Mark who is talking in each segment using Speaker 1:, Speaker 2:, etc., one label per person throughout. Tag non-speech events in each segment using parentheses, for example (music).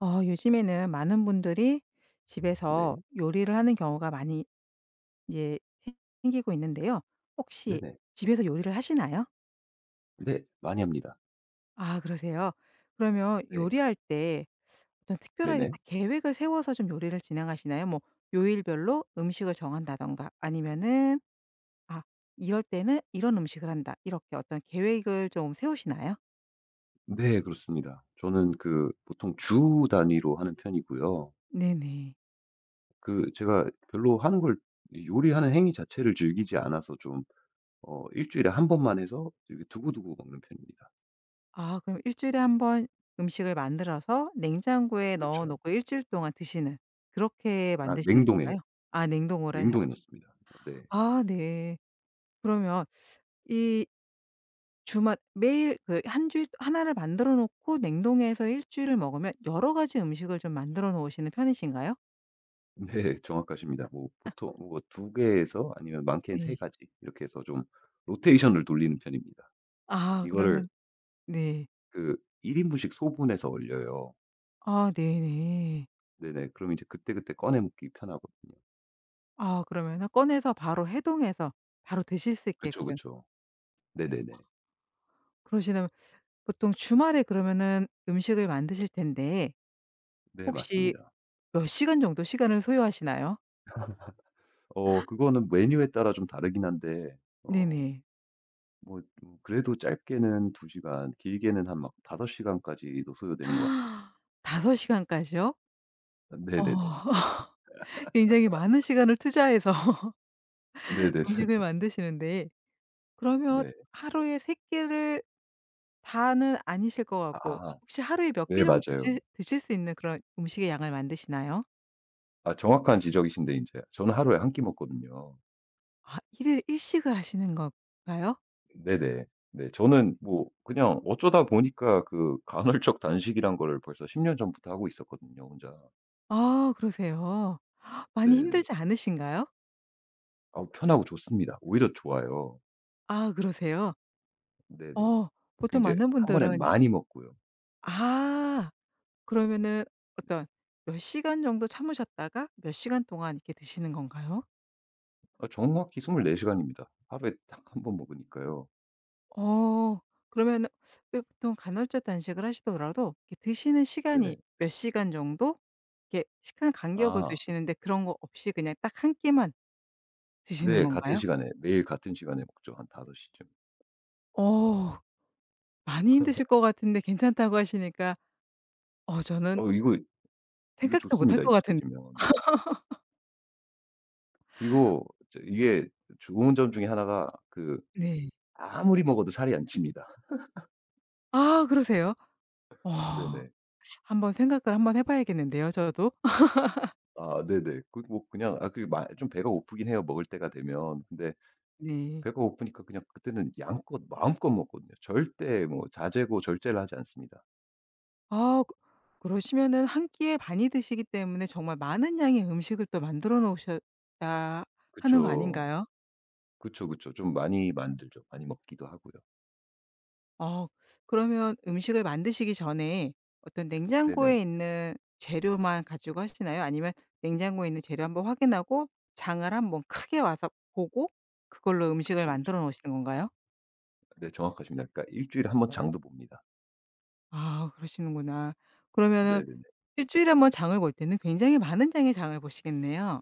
Speaker 1: 어 요즘에는 많은 분들이 집에서
Speaker 2: 네.
Speaker 1: 요리를 하는 경우가 많이 이제 생기고 있는데요. 혹시
Speaker 2: 네네.
Speaker 1: 집에서 요리를 하시나요?
Speaker 2: 네. 많이 합니다.
Speaker 1: 아 그러세요? 그러면
Speaker 2: 네.
Speaker 1: 요리할 때 어떤 특별하게
Speaker 2: 네네.
Speaker 1: 딱 계획을 세워서 좀 요리를 진행하시나요? 뭐 요일별로 음식을 정한다든가 아니면은 '아 이럴 때는 이런 음식을 한다.' 이렇게 어떤 계획을 좀 세우시나요?
Speaker 2: 네, 그렇습니다. 저는 그 보통 주 단위로 하는 편이고요.
Speaker 1: 네네.
Speaker 2: 그 제가 별로 하는 걸 이 요리하는 행위 자체를 즐기지 않아서 좀 일 주일에 한 번만 해서 이렇게 두고두고 먹는 편입니다.
Speaker 1: 아 그럼 일 주일에 한번 음식을 만들어서 냉장고에 넣어
Speaker 2: 그쵸.
Speaker 1: 놓고 일 주일 동안 드시는 그렇게
Speaker 2: 아,
Speaker 1: 만드시는
Speaker 2: 냉동에,
Speaker 1: 건가요? 아 냉동으로 해서.
Speaker 2: 냉동에 넣습니다. 네.
Speaker 1: 아 네. 그러면 이 주말 매일 그 한 주일 나를 만들어 놓고 냉동해서 일 주일을 먹으면 여러 가지 음식을 좀 만들어 놓으시는 편이신가요?
Speaker 2: 네, 정확하십니다. 뭐 보통 뭐 두 개에서 아니면 많게는
Speaker 1: 네.
Speaker 2: 세 가지 이렇게 해서 좀 로테이션을 돌리는 편입니다.
Speaker 1: 아
Speaker 2: 이거를
Speaker 1: 그러면 네.
Speaker 2: 그 1 인분씩 소분해서 얼려요.
Speaker 1: 아 네네.
Speaker 2: 네네. 그럼 이제 그때그때 꺼내 먹기 편하거든요.
Speaker 1: 아 그러면은 꺼내서 바로 해동해서 바로 드실 수
Speaker 2: 그쵸,
Speaker 1: 있게끔
Speaker 2: 그쵸. 네네네.
Speaker 1: 그러시다면 보통 주말에 그러면은 음식을 만드실 텐데
Speaker 2: 네,
Speaker 1: 혹시
Speaker 2: 맞습니다.
Speaker 1: 몇 시간 정도 시간을 소요하시나요?
Speaker 2: 그거는 메뉴에 따라 좀 다르긴 한데 어
Speaker 1: 네네.
Speaker 2: 뭐 그래도 짧게는 2 시간 길게는 한 막 5 시간까지도 소요되는 것 같습니다.
Speaker 1: (gasps) 다섯 시간까지요? 어.
Speaker 2: 네네네.
Speaker 1: (laughs) 굉장히 많은 시간을 투자해서 (laughs)
Speaker 2: 네네네.
Speaker 1: 음식을
Speaker 2: (laughs)
Speaker 1: 만드시는데 그러면
Speaker 2: 네.
Speaker 1: 하루에 세 끼를 다는 아니실 것 같고
Speaker 2: 아,
Speaker 1: 혹시 하루에 몇 끼
Speaker 2: 네
Speaker 1: 정도
Speaker 2: 맞아요.
Speaker 1: 드실 수 있는 그런 음식의 양을 만드시나요?
Speaker 2: 아, 정확한 지적이신데 이제 저는 하루에 한 끼 먹거든요.
Speaker 1: 아일일 식을 하시는 건가요?
Speaker 2: 네네. 네, 저는 뭐 그냥 어쩌다 보니까 그 간헐적 단식이란 거를 벌써 10년 전부터 하고 있었거든요, 혼자.
Speaker 1: 아 그러세요. (gasps) 많이
Speaker 2: 네네.
Speaker 1: 힘들지 않으신가요?
Speaker 2: 아우, 편하고 좋습니다. 오히려 좋아요.
Speaker 1: 아 그러세요.
Speaker 2: 네네.
Speaker 1: 어.
Speaker 2: 그
Speaker 1: 보통
Speaker 2: 제
Speaker 1: 많은
Speaker 2: 한 번에
Speaker 1: 분들은 제
Speaker 2: 많이 먹고요.
Speaker 1: 아 그러면은 어떤 몇 시간 정도 참으셨다가 몇 시간 동안 이렇게 드시는 건가요?
Speaker 2: 정확히 24 시간입니다. 하루에 딱 한번 먹으니까요.
Speaker 1: 어. 그러면은 왜 보통 간헐적 단식을 하시더라도 이렇게 드시는 시간이
Speaker 2: 네네.
Speaker 1: 몇 시간 정도 이렇게 시간 간격을
Speaker 2: 아,
Speaker 1: 두시는데 그런 거 없이 그냥 딱 한 끼만 드시는
Speaker 2: 네. 같은
Speaker 1: 건가요?
Speaker 2: 시간에 매일 같은 시간에 먹죠. 한 5 시쯤.
Speaker 1: 어. 많이 힘드실 것 같은데 괜찮다고 하시니까 어 저는
Speaker 2: 어 이거 이거
Speaker 1: 생각도 못 할
Speaker 2: 좋습니다,
Speaker 1: 것 같은
Speaker 2: 익숙해지면. 그리고 저 이게 좋은 점 중에 하나가 그
Speaker 1: 네.
Speaker 2: 아무리 먹어도 살이 안 찝니다. (laughs)
Speaker 1: 아 그러세요? 어.
Speaker 2: 네네.
Speaker 1: 한번 생각을 한번 해 봐야겠는데요 저도. (laughs)
Speaker 2: 아, 네네. 그 뭐 그냥 아 그 마 좀 배가 고프긴 해요, 먹을 때가 되면. 근데
Speaker 1: 네.
Speaker 2: 배가 고프니까 그냥 그때는 양껏 마음껏 먹거든요. 절대 뭐 자제고 절제를 하지 않습니다.
Speaker 1: 아 그 그러시면은 한 끼에 반이 드시기 때문에 정말 많은 양의 음식을 또 만들어 놓으셔야 하는 거
Speaker 2: 그쵸.
Speaker 1: 아닌가요?
Speaker 2: 그쵸, 그쵸. 좀 많이 만들죠. 많이 먹기도 하고요.
Speaker 1: 어 그러면 음식을 만드시기 전에 어떤 냉장고에
Speaker 2: 네네.
Speaker 1: 있는 재료만 가지고 하시나요? 아니면 냉장고에 있는 재료 한번 확인하고 장을 한번 크게 와서 보고 그걸로 음식을
Speaker 2: 그쵸, 그쵸.
Speaker 1: 만들어 놓으시는 건가요?
Speaker 2: 네, 정확하십니다. 그러니까 일 주일에 한번 장도 봅니다.
Speaker 1: 아 그러시는구나. 그러면은
Speaker 2: 네네네.
Speaker 1: 주일에 한번 장을 볼 때는 굉장히 많은 양의 장을 보시겠네요.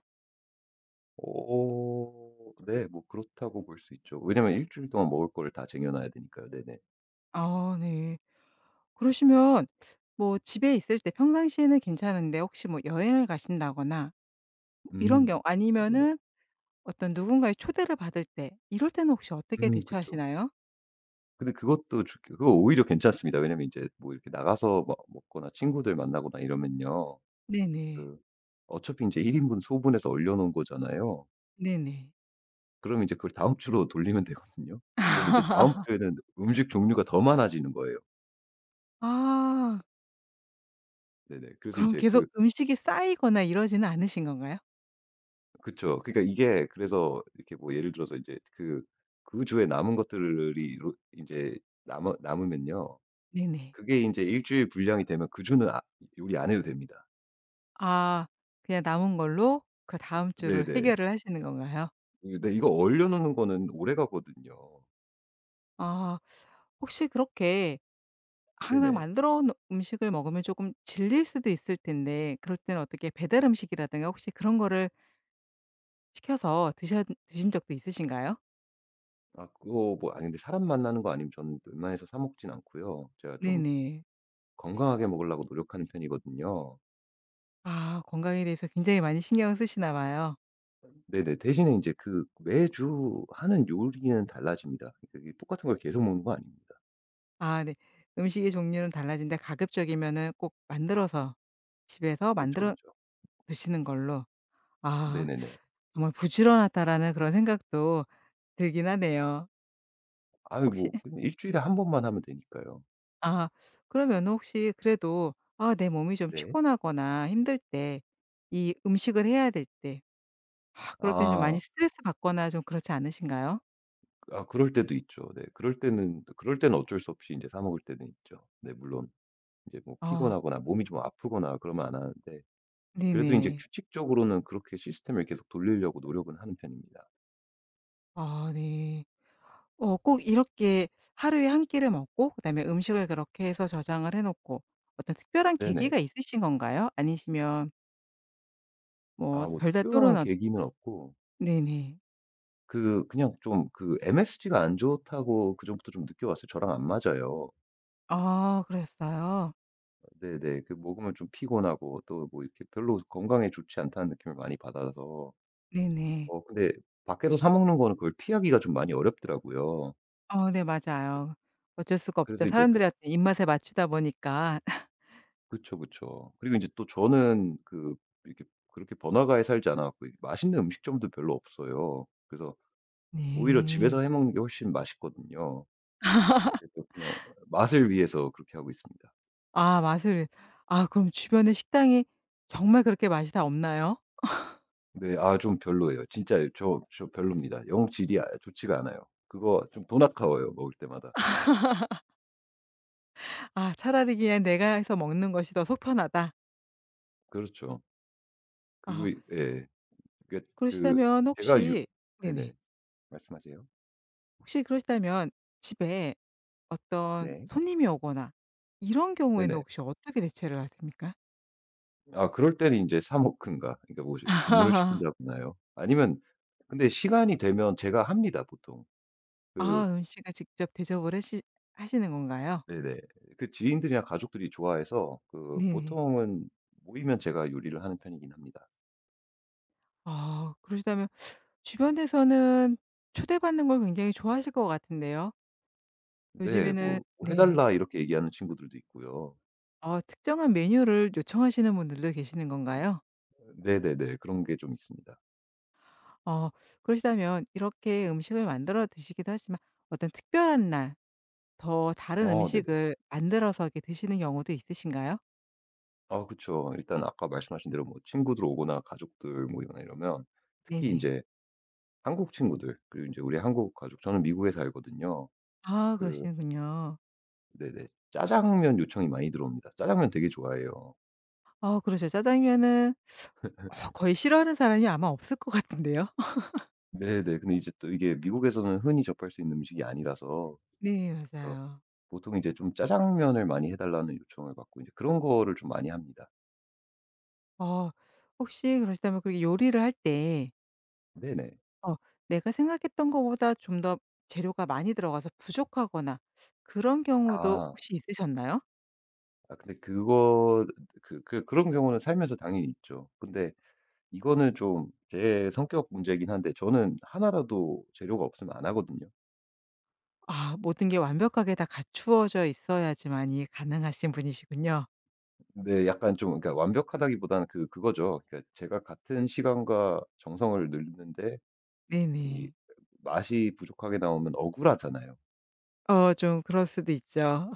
Speaker 2: 오오오오, 네뭐 그렇다고 볼 수 있죠. 왜냐면 일 주일 동안 먹을 거를 다 쟁여 놔야 되니까요. 네네.
Speaker 1: 아 네. 그러시면 뭐 집에 있을 때 평상시에는 괜찮은데 혹시 뭐 여행을 가신다거나 뭐 이런
Speaker 2: 음.
Speaker 1: 경우
Speaker 2: 아, 네네.
Speaker 1: 아니면은 어떤 누군가의 초대를 받을 때 이럴 때는 혹시 어떻게
Speaker 2: 음, 그쵸.
Speaker 1: 대처하시나요?
Speaker 2: 근데 그것도 좋게 그거 오히려 괜찮습니다. 왜냐면 이제 뭐 이렇게 나가서 뭐 먹거나 친구들 만나거나 이러면요.
Speaker 1: 네네.
Speaker 2: 그 어차피 이제1 인분 소분해서 얼려 놓은 거잖아요.
Speaker 1: 네네.
Speaker 2: 그럼 이제 그걸 다음 주로 돌리면 되거든요. 그럼 이제 다음
Speaker 1: (laughs)
Speaker 2: 주에는 음식 종류가 더 많아지는 거예요.
Speaker 1: 아.
Speaker 2: 네네. 그래서
Speaker 1: 그럼
Speaker 2: 이제
Speaker 1: 계속
Speaker 2: 그,
Speaker 1: 음식이 쌓이거나 이러지는 않으신 건가요?
Speaker 2: 그쵸. 그러니까 이게 그래서 이렇게 뭐 예를 들어서 이제 그 그 주에 남은 것들이 로 인제 남아 남으면요.
Speaker 1: 네네.
Speaker 2: 그게 인제 일 주일 분량이 되면 그 주는 요리 안 해도 됩니다.
Speaker 1: 아 그냥 남은 걸로 그다음 주를
Speaker 2: 네네.
Speaker 1: 해결을 하시는 건가요?
Speaker 2: 이 네, 이거 얼려 놓는 거는 오래 가거든요.
Speaker 1: 아 혹시 그렇게 항상
Speaker 2: 네네.
Speaker 1: 만들어 놓은 음식을 먹으면 조금 질릴 수도 있을 텐데 그럴 때는 어떻게 배달 음식이라든가 혹시 그런 거를 시켜서 드셨 드신 적도 있으신가요?
Speaker 2: 아, 그거 뭐 아니 근데 사람 만나는 거 아니면 저는 웬만해서 사 먹진 않고요. 제가 좀
Speaker 1: 네네.
Speaker 2: 건강하게 먹으려고 노력하는 편이거든요.
Speaker 1: 아 건강에 대해서 굉장히 많이 신경을 쓰시나 봐요.
Speaker 2: 네네. 대신에 이제 그 매주 하는 요리는 달라집니다. 그게 똑같은 걸 계속 먹는 거 아닙니다.
Speaker 1: 아 네. 음식의 종류는 달라진데 가급적이면은 꼭 만들어서 집에서
Speaker 2: 그쵸,
Speaker 1: 만들어
Speaker 2: 그쵸.
Speaker 1: 드시는 걸로. 아
Speaker 2: 네네네.
Speaker 1: 정말 '부지런하다.'라는 그런 생각도 들긴 하네요.
Speaker 2: 아유,
Speaker 1: 혹시
Speaker 2: 뭐 그냥 주일에 한 번만 하면 되니까요.
Speaker 1: 아 그러면 혹시 그래도 아 내 몸이 좀
Speaker 2: 네.
Speaker 1: 피곤하거나 힘들 때 이 음식을 해야 될 때 막 그럴 땐 좀 많이
Speaker 2: 아.
Speaker 1: 스트레스 받거나 좀 그렇지 않으신가요?
Speaker 2: 아, 그럴 때도 있죠. 네. 그럴 때는, 그럴 때는 어쩔 수 없이 이제 사 먹을 때는 있죠. 네, 물론 이제 뭐
Speaker 1: 아
Speaker 2: 피곤하거나 몸이 좀 아프거나 그러면 안 하는데 그래도 인제
Speaker 1: 네네.
Speaker 2: 규칙적으로는 그렇게 시스템을 계속 돌리려고 노력은 하는 편입니다.
Speaker 1: 아 네. 어 꼭 이렇게 하루에 한 끼를 먹고 그다음에 음식을 그렇게 해서 저장을 해 놓고 어떤 특별한
Speaker 2: 네네.
Speaker 1: 계기가 있으신 건가요? 아니시면 뭐
Speaker 2: 아, 뭐
Speaker 1: 별다른 또는
Speaker 2: 특별한
Speaker 1: 어
Speaker 2: 계기는 없고
Speaker 1: 네네.
Speaker 2: 그 그냥 좀 그 MSG가 안 좋다고 그전부터 좀 느껴왔어요. 저랑 안 맞아요.
Speaker 1: 아 그랬어요?
Speaker 2: 네네. 그 먹으면 좀 피곤하고 또 뭐 이렇게 별로 건강에 좋지 않다는 느낌을 많이 받아서
Speaker 1: 네네.
Speaker 2: 근데 밖에서 사 먹는 거는 그걸 피하기가 좀 많이 어렵더라고요.
Speaker 1: 어 네 맞아요. 어쩔 수가 없죠.
Speaker 2: 그래서 이제 그,
Speaker 1: 사람들의 어떤 입맛에 맞추다 보니까. (laughs)
Speaker 2: 그쵸, 그쵸. 그리고 인제 또 저는 그 이렇게 그렇게 번화가에 살지 않아 갖고 이 맛있는 음식점도 별로 없어요. 그래서 오히려
Speaker 1: 네.
Speaker 2: 집에서 해 먹는 게 훨씬 맛있거든요. 그래서 그냥 맛을 위해서 그렇게 하고 있습니다.
Speaker 1: 아 맛을 아 그럼 주변에 식당이 정말 그렇게 맛이 다 없나요?
Speaker 2: 네. 아, 좀 별로예요. 진짜 저 별로입니다. 영 질이 좋지가 않아요. 그거 좀 돈 아까워요, 먹을 때마다.
Speaker 1: 아 차라리 그냥 내가 해서 먹는 것이 더 속 편하다.
Speaker 2: 그렇죠. 그리고
Speaker 1: 아
Speaker 2: 이, 예. 그그
Speaker 1: 그러시다면
Speaker 2: 제가 유
Speaker 1: 혹시 네네.
Speaker 2: 네네. 말씀하세요.
Speaker 1: 혹시 그러시다면 집에 어떤
Speaker 2: 네.
Speaker 1: 손님이 오거나 이런 경우에는
Speaker 2: 네네.
Speaker 1: 혹시 어떻게 대체를 하십니까?
Speaker 2: 아, 그럴 때는 인제 사 먹든가 그러니까 뭐 이제 주문을
Speaker 1: (laughs)
Speaker 2: 시킨다거나요. 아니면 근데 시간이 되면 제가 합니다, 보통.
Speaker 1: 아
Speaker 2: 그,
Speaker 1: 음식을 직접 대접을 하시는 건가요?
Speaker 2: 네네. 그 지인들이나 가족들이 좋아해서 그
Speaker 1: 네네.
Speaker 2: 보통은 모이면 제가 요리를 하는 편이긴 합니다.
Speaker 1: 아 그러시다면 주변에서는 초대받는 걸 굉장히 좋아하실 것 같은데요.
Speaker 2: 네.
Speaker 1: 요즘에는
Speaker 2: 뭐 "해
Speaker 1: 네.
Speaker 2: 달라." 이렇게 얘기하는 친구들도 있고요.
Speaker 1: 어 특정한 메뉴를 요청하시는 분들도 계시는 건가요?
Speaker 2: 네네네. 그런 게 좀 있습니다.
Speaker 1: 어 그러시다면 이렇게 음식을 만들어 드시기도 하지만 어떤 특별한 날 더 다른
Speaker 2: 네네.
Speaker 1: 음식을 만들어서 이렇게 드시는 경우도 있으신가요?
Speaker 2: 아, 그쵸. 일단 아까 말씀하신 대로 뭐 친구들 오거나 가족들 모이거나 이러면 특히 이
Speaker 1: 네네.
Speaker 2: 제 한국 친구들, 그리고 이제 우리 한국 가족, 저는 미국에 살거든요.
Speaker 1: 아
Speaker 2: 그,
Speaker 1: 그러시는군요.
Speaker 2: 네네. 짜장면 요청이 많이 들어옵니다. 짜장면 되게 좋아해요.
Speaker 1: 아 그러죠. 짜장면은 어 거의 싫어하는 사람이 아마 없을 것 같은데요. (laughs)
Speaker 2: 네네. 근데 이제 또 이게 미국에서는 흔히 접할 수 있는 음식이 아니라서
Speaker 1: 네
Speaker 2: 어
Speaker 1: 맞아요.
Speaker 2: 보통 이제 좀 짜장면을 많이 해 달라는 요청을 받고 이제 그런 거를 좀 많이 합니다.
Speaker 1: 어 혹시 그러시다면 그 요리를 할때
Speaker 2: 네네.
Speaker 1: 어 내가 생각했던 것보다 좀 더 재료가 많이 들어가서 부족하거나 그런 경우도
Speaker 2: 아.
Speaker 1: 혹시 있으셨나요?
Speaker 2: 아, 근데 그거 그 그런 경우는 살면서 당연히 있죠. 근데 이거는 좀 제 성격 문제이긴 한데 저는 하나라도 재료가 없으면 안 하거든요.
Speaker 1: 아 모든 게 완벽하게 다 갖추어져 있어야지만이 가능하신 분이시군요.
Speaker 2: 근데 약간 좀 그러니까 완벽하다기보다는 그, 그거죠. 그러니까 제가 같은 시간과 정성을 넣는데 이
Speaker 1: 네네.
Speaker 2: 맛이 부족하게 나오면 억울하잖아요.
Speaker 1: 어 좀 그럴 수도 있죠.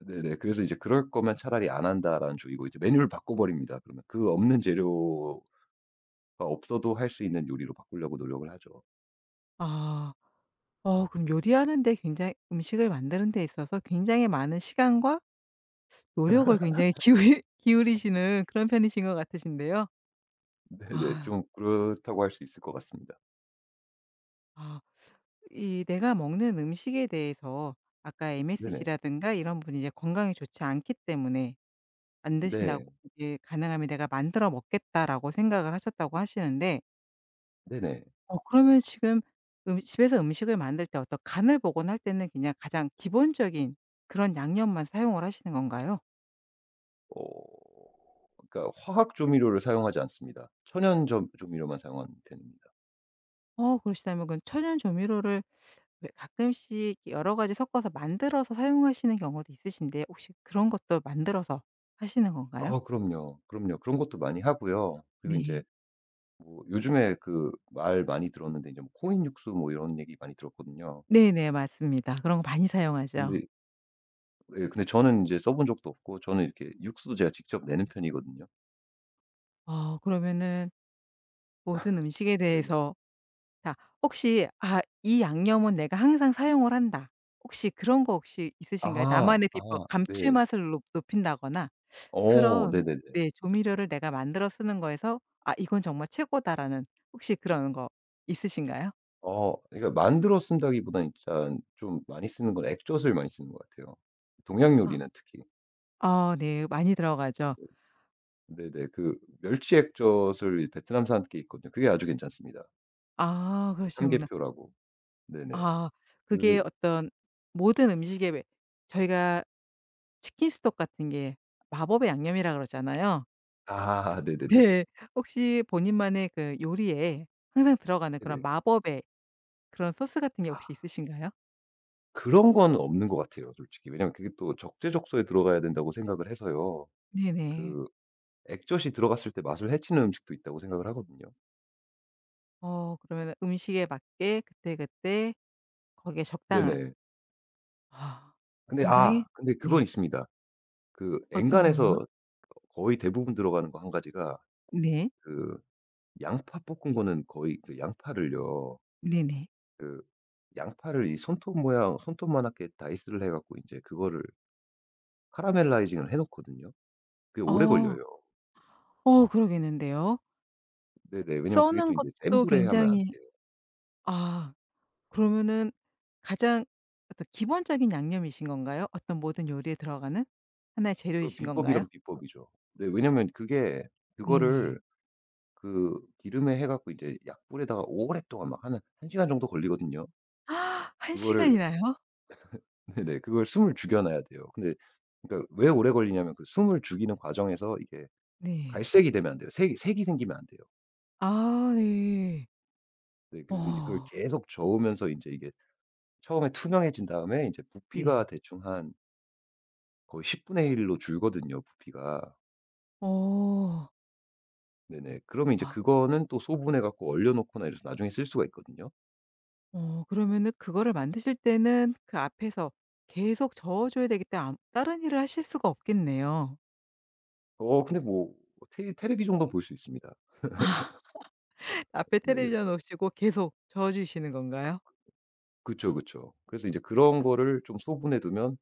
Speaker 2: 네네. 그래서 이제 '그럴 거면 차라리 안 한다.'라는 주의고, 이제 메뉴를 바꿔 버립니다. 그러면 그 없는 재료가 없어도 할 수 있는 요리로 바꾸려고 노력을 하죠.
Speaker 1: 아. 어 그럼 요리하는 데 굉장히 음식을 만드는 데 있어서 굉장히 많은 시간과 노력을 굉장히 기울이 (laughs) 기울이시는 그런 편이신 것 같으신데요.
Speaker 2: (laughs) 네네.
Speaker 1: 아.
Speaker 2: 좀 그렇다고 할 수 있을 것 같습니다.
Speaker 1: 아. 이 내가 먹는 음식에 대해서 아까
Speaker 2: 네네.
Speaker 1: MSG라든가 이런 분이 이제 건강에 좋지 않기 때문에 안
Speaker 2: 네.
Speaker 1: 드신다고 이제 "가능하면 내가 만들어 먹겠다."라고 생각을 하셨다고 하시는데
Speaker 2: 네네.
Speaker 1: 어 그러면 지금 집에서 음식을 만들 때 어떤 간을 보거나 할 때는 그냥 가장 기본적인 그런 양념만 사용을 하시는 건가요?
Speaker 2: 어 그러니까 화학 조미료를 사용하지 않습니다. 천연 점 조미료만 사용하는 편입니다.
Speaker 1: 어 그러시다면 그 천연 조미료를 왜 가끔씩 여러 가지 섞어서 만들어서 사용하시는 경우도 있으신데 혹시 그런 것도 만들어서 하시는 건가요?
Speaker 2: 아, 그럼요. 그럼요. 그런 것도 많이 하고요. 그리고 이제
Speaker 1: 네.
Speaker 2: 뭐 요즘에 그 말 많이 들었는데, 이제 뭐 코인 육수 뭐 이런 얘기 많이 들었거든요.
Speaker 1: 네네. 맞습니다. 그런 거 많이 사용하죠.
Speaker 2: 근데 예, 근데 저는 이제 써본 적도 없고 저는 이렇게 육수도 제가 직접 내는 편이거든요.
Speaker 1: 어 그러면은 모든 음식에
Speaker 2: 네네.
Speaker 1: 대해서 자 혹시 '아 이 양념은 내가 항상 사용을 한다.' 혹시 그런 거 혹시 있으신가요?
Speaker 2: 아.
Speaker 1: 나만의 비법
Speaker 2: 아, 네.
Speaker 1: 감칠맛을 높 높인다거나 그런
Speaker 2: 네네네.
Speaker 1: 네 조미료를 내가 만들어 쓰는 거에서 '아 이건 정말 최고다.'라는 혹시 그런 거 있으신가요?
Speaker 2: 그러니까 만들어 쓴다기보다는 일단 좀 많이 쓰는 건 액젓을 많이 쓰는 것 같아요. 동양
Speaker 1: 아.
Speaker 2: 요리는 특히.
Speaker 1: 아 네. 많이 들어가죠.
Speaker 2: 네. 네, 그 멸치 액젓을 베트남산 게 있거든요. 그게 아주 괜찮습니다.
Speaker 1: 아
Speaker 2: 그,
Speaker 1: 그러시구나.
Speaker 2: 삼계표라고. 네네.
Speaker 1: 아 그게
Speaker 2: 그,
Speaker 1: 어떤 모든 음식에 왜 저희가 치킨 스톡 같은 게 마법의 양념이라 그러잖아요.
Speaker 2: 아,
Speaker 1: (laughs)
Speaker 2: 네네네네.
Speaker 1: 네. 혹시 본인만의 그 요리에 항상 들어가는 그런
Speaker 2: 네네.
Speaker 1: 마법의 그런 소스 같은 게 혹시 있으신가요?
Speaker 2: 그런 건 없는 것 같아요, 솔직히. 왜냐면 그게 또 적재적소에 들어가야 된다고 생각을 해서요.
Speaker 1: 네네.
Speaker 2: 그 액젓이 들어갔을 때 맛을 해치는 음식도 있다고 생각을 하거든요.
Speaker 1: 어 그러면 음식에 맞게 그때그때 거기에 적당한
Speaker 2: 네네.
Speaker 1: 아
Speaker 2: 근데
Speaker 1: 굉장히
Speaker 2: 아, 근데 그건
Speaker 1: 네.
Speaker 2: 있습니다. 그
Speaker 1: 어떤
Speaker 2: 엔간해서
Speaker 1: 거요?
Speaker 2: 거의 대부분 들어가는 거 한 가지가,
Speaker 1: 네.
Speaker 2: 그 양파 볶은 거는. 거의 그 양파를요.
Speaker 1: 네네.
Speaker 2: 그 양파를 이 손톱 모양, 손톱만하게 다이스를 해 갖고 인제 그거를 카라멜라이징을 해 놓거든요. 그게 오래
Speaker 1: 어.
Speaker 2: 걸려요.
Speaker 1: 어 그러겠는데요.
Speaker 2: 네네. 왜냐면 그게 또
Speaker 1: 써는
Speaker 2: 인제 센
Speaker 1: 것도
Speaker 2: 불에 하면 안
Speaker 1: 굉장히
Speaker 2: 돼요.
Speaker 1: 아 그러면은 가장 어떤 기본적인 양념이신 건가요? 어떤 모든 요리에 들어가는 하나의
Speaker 2: 그
Speaker 1: 재료이신 건가요?
Speaker 2: 비법이란 비법이죠. 네, 왜냐면 그게,
Speaker 1: 네네.
Speaker 2: 그거를 그 기름에 해 갖고 이제 약불에다가 오랫동안 막 한 1 시간 정도 걸리거든요.
Speaker 1: 아! 한
Speaker 2: 그거를
Speaker 1: 시간이나요?
Speaker 2: (laughs) 네네. 그걸 숨을 죽여 놔야 돼요. 근데 그러니까 왜 오래 걸리냐면 그 숨을 죽이는 과정에서 이게
Speaker 1: 네.
Speaker 2: 갈색이 되면 안 돼요. 색이 생기면 안 돼요.
Speaker 1: 아 네.
Speaker 2: 네, 그래서 이제 그걸
Speaker 1: 어.
Speaker 2: 계속 저으면서 이제 이게 처음에 투명해진 다음에 이제
Speaker 1: 네.
Speaker 2: 부피가 대충 한 거의 10분의 1로 줄거든요, 부피가.
Speaker 1: 어.
Speaker 2: 네네. 그러면 이제
Speaker 1: 아.
Speaker 2: 그거는 또 소분해 갖고 얼려 놓거나 이래서 나중에 쓸 수가 있거든요.
Speaker 1: 어 그러면은 그거를 만드실 때는 그 앞에서 계속 저어 줘야 되기 때문에 아무 다른 일을 하실 수가 없겠네요.
Speaker 2: 근데 뭐텔레비 정도 볼 수 있습니다.
Speaker 1: (laughs) 앞에
Speaker 2: 네네.
Speaker 1: 텔레비전 놓으시고 계속 저어 주시는 건가요?
Speaker 2: 그쵸, 그쵸. 그래서 이제 그런 거를 좀 소분해 두면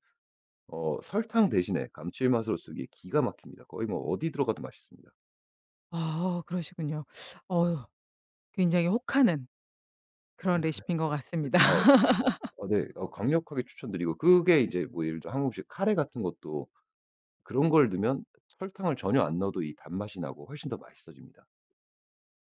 Speaker 2: 설탕 대신에 감칠맛으로 쓰기에 기가 막힙니다. 거의 뭐 어디 들어가도 맛있습니다.
Speaker 1: 아 그러시군요. 어 굉장히 혹하는 그런
Speaker 2: 네.
Speaker 1: 레시피인 것 같습니다.
Speaker 2: 아
Speaker 1: (laughs)
Speaker 2: 아 네. 강력하게 추천드리고, 그게 이제 뭐 예를 들어 한국식 카레 같은 것도 그런 걸 넣으면 설탕을 전혀 안 넣어도 이 단맛이 나고 훨씬 더 맛있어집니다.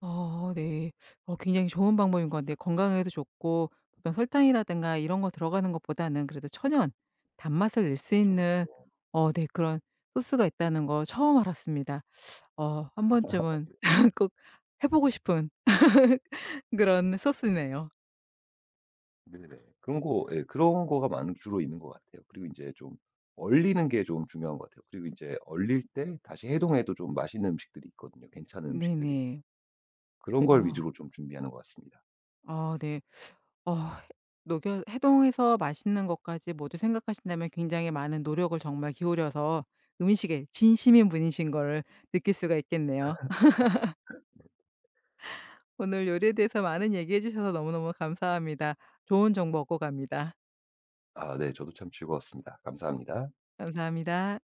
Speaker 1: 어 네. 어 굉장히 좋은 방법인 것 같네요. 건강에도 좋고 보통 설탕이라든가 이런 거 들어가는 것보다는 그래도 천연 단맛을 낼 수
Speaker 2: 그쵸,
Speaker 1: 있는
Speaker 2: 그쵸.
Speaker 1: 어 네 그런 소스가 있다는 거 처음 알았습니다. 어 한 번쯤은 (laughs) 꼭 해 보고 싶은 (laughs) 그런 소스네요.
Speaker 2: 네네. (laughs) 그런 거, 예, 그런 거가 많 주로 있는 것 같아요. 그리고 인제 좀 얼리는 게 좀 중요한 것 같아요. 그리고 인제 얼릴 때 다시 해동해도 좀 맛있는 음식들이 있거든요, 괜찮은 음식들이.
Speaker 1: 네네.
Speaker 2: 그런 걸
Speaker 1: 어.
Speaker 2: 위주로 좀 준비하는 것 같습니다.
Speaker 1: 아 네. 어 녹여 해동해서 맛있는 것까지 모두 생각하신다면 굉장히 많은 노력을 정말 기울여서 음식에 진심인 분이신 걸 느낄 수가 있겠네요. (laughs) 오늘 요리에 대해서 많은 얘기해 주셔서 너무너무 감사합니다. 좋은 정보 얻고 갑니다.
Speaker 2: 아, 네. 저도 참 즐거웠습니다. 감사합니다.
Speaker 1: 감사합니다.